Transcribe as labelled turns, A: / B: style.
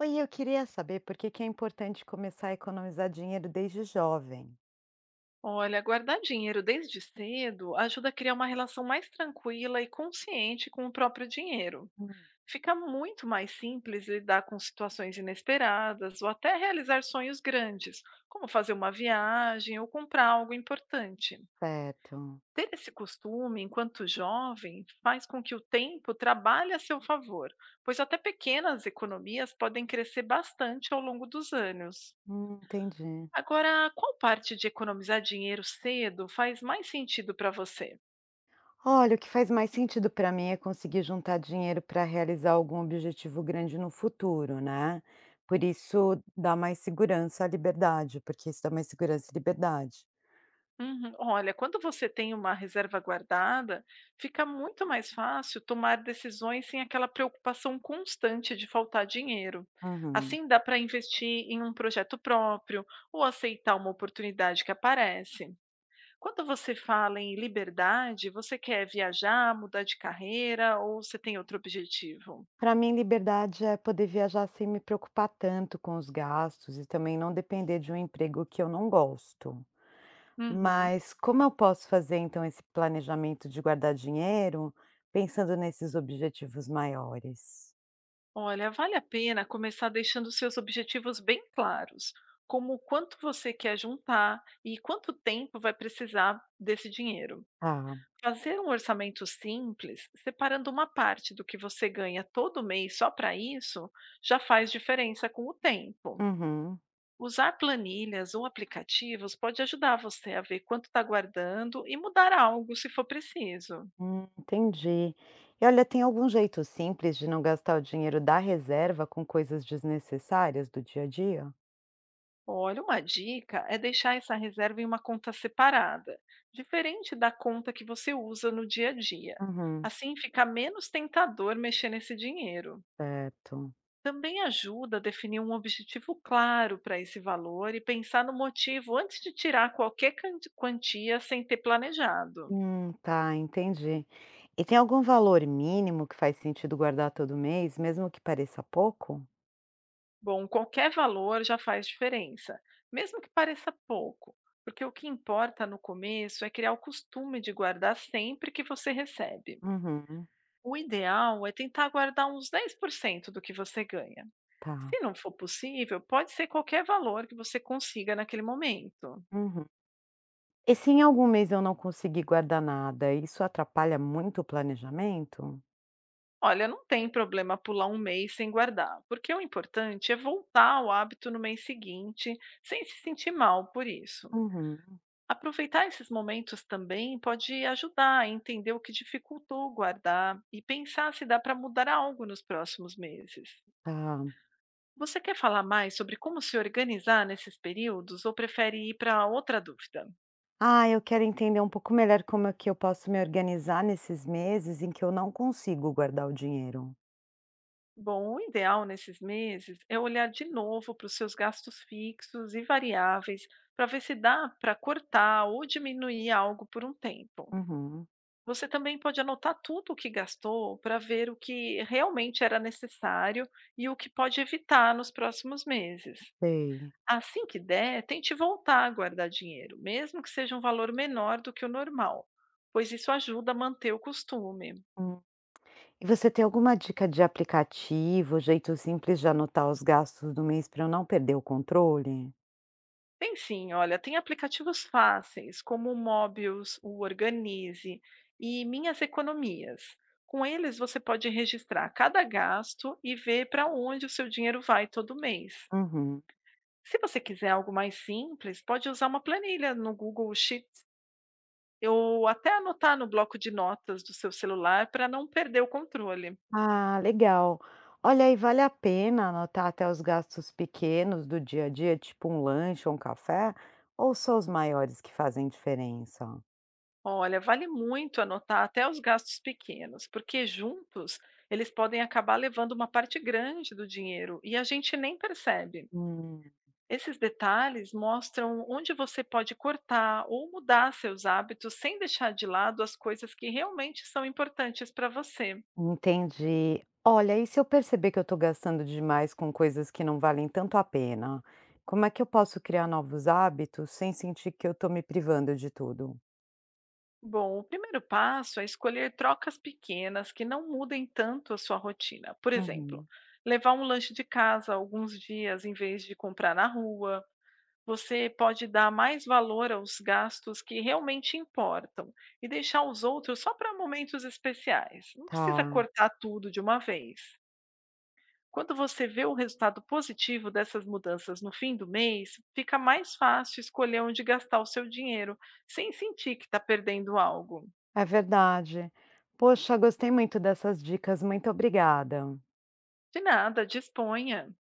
A: Oi, eu queria saber por que que é importante começar a economizar dinheiro desde jovem.
B: Olha, guardar dinheiro desde cedo ajuda a criar uma relação mais tranquila e consciente com o próprio dinheiro.
A: Hum.
B: Fica muito mais simples lidar com situações inesperadas ou até realizar sonhos grandes, como fazer uma viagem ou comprar algo importante.
A: Certo.
B: Ter esse costume enquanto jovem faz com que o tempo trabalhe a seu favor, pois até pequenas economias podem crescer bastante ao longo dos anos.
A: Entendi.
B: Agora, qual parte de economizar dinheiro cedo faz mais sentido para você?
A: Olha, o que faz mais sentido para mim é conseguir juntar dinheiro para realizar algum objetivo grande no futuro, né? Por isso dá mais segurança à liberdade, porque isso dá mais segurança e liberdade.
B: Uhum. Olha, quando você tem uma reserva guardada, fica muito mais fácil tomar decisões sem aquela preocupação constante de faltar dinheiro.
A: Uhum.
B: Assim, dá para investir em um projeto próprio ou aceitar uma oportunidade que aparece. Quando você fala em liberdade, você quer viajar, mudar de carreira ou você tem outro objetivo?
A: Para mim, liberdade é poder viajar sem me preocupar tanto com os gastos e também não depender de um emprego que eu não gosto.
B: Uhum.
A: Mas como eu posso fazer então esse planejamento de guardar dinheiro pensando nesses objetivos maiores?
B: Olha, vale a pena começar deixando seus objetivos bem claros, como quanto você quer juntar e quanto tempo vai precisar desse dinheiro.
A: Tá.
B: Fazer um orçamento simples, separando uma parte do que você ganha todo mês só para isso, já faz diferença com o tempo.
A: Uhum.
B: Usar planilhas ou aplicativos pode ajudar você a ver quanto está guardando e mudar algo se for preciso.
A: Entendi. E olha, tem algum jeito simples de não gastar o dinheiro da reserva com coisas desnecessárias do dia a dia?
B: Olha, uma dica é deixar essa reserva em uma conta separada, diferente da conta que você usa no dia a dia.
A: Uhum,
B: Assim fica menos tentador mexer nesse dinheiro.
A: certo.
B: Também ajuda a definir um objetivo claro para esse valor e pensar no motivo antes de tirar qualquer quantia sem ter planejado.
A: Tá, entendi. E tem algum valor mínimo que faz sentido guardar todo mês, mesmo que pareça pouco?
B: Bom, qualquer valor já faz diferença, mesmo que pareça pouco, porque o que importa no começo é criar o costume de guardar sempre que você recebe.
A: Uhum,
B: O ideal é tentar guardar uns 10% do que você ganha.
A: tá.
B: Se não for possível, pode ser qualquer valor que você consiga naquele momento.
A: Uhum. E se em algum mês eu não conseguir guardar nada, isso atrapalha muito o planejamento?
B: Olha, não tem problema pular um mês sem guardar, porque o importante é voltar ao hábito no mês seguinte, sem se sentir mal por isso.
A: Uhum,
B: Aproveitar esses momentos também pode ajudar a entender o que dificultou guardar e pensar se dá para mudar algo nos próximos meses.
A: tá.
B: Você quer falar mais sobre como se organizar nesses períodos ou prefere ir para outra dúvida?
A: Ah, eu quero entender um pouco melhor como é que eu posso me organizar nesses meses em que eu não consigo guardar o dinheiro.
B: Bom, o ideal nesses meses é olhar de novo para os seus gastos fixos e variáveis para ver se dá para cortar ou diminuir algo por um tempo.
A: Uhum,
B: Você também pode anotar tudo o que gastou para ver o que realmente era necessário e o que pode evitar nos próximos meses.
A: sei.
B: Assim que der, tente voltar a guardar dinheiro, mesmo que seja um valor menor do que o normal, pois isso ajuda a manter o costume.
A: Hum. E você tem alguma dica de aplicativo, jeito simples de anotar os gastos do mês para eu não perder o controle?
B: Tem sim, olha, tem aplicativos fáceis, como o Mobius, o Organize e Minhas Economias. Com eles, você pode registrar cada gasto e ver para onde o seu dinheiro vai todo mês.
A: Uhum.
B: Se você quiser algo mais simples, pode usar uma planilha no Google Sheets ou até anotar no bloco de notas do seu celular para não perder o controle.
A: Ah, legal. Olha, aí vale a pena anotar até os gastos pequenos do dia a dia, tipo um lanche ou um café, ou só os maiores que fazem diferença?
B: Olha, vale muito anotar até os gastos pequenos, porque juntos eles podem acabar levando uma parte grande do dinheiro e a gente nem percebe.
A: Hum,
B: Esses detalhes mostram onde você pode cortar ou mudar seus hábitos sem deixar de lado as coisas que realmente são importantes para você.
A: Entendi. Olha, e se eu perceber que eu estou gastando demais com coisas que não valem tanto a pena, como é que eu posso criar novos hábitos sem sentir que eu estou me privando de tudo?
B: Bom, o primeiro passo é escolher trocas pequenas que não mudem tanto a sua rotina. Por exemplo,
A: Uhum.
B: levar um lanche de casa alguns dias em vez de comprar na rua. Você pode dar mais valor aos gastos que realmente importam e deixar os outros só para momentos especiais. Não precisa
A: Tá,
B: cortar tudo de uma vez. Quando você vê o resultado positivo dessas mudanças no fim do mês, fica mais fácil escolher onde gastar o seu dinheiro, sem sentir que está perdendo algo.
A: é verdade. Poxa, gostei muito dessas dicas, muito obrigada.
B: De nada, disponha.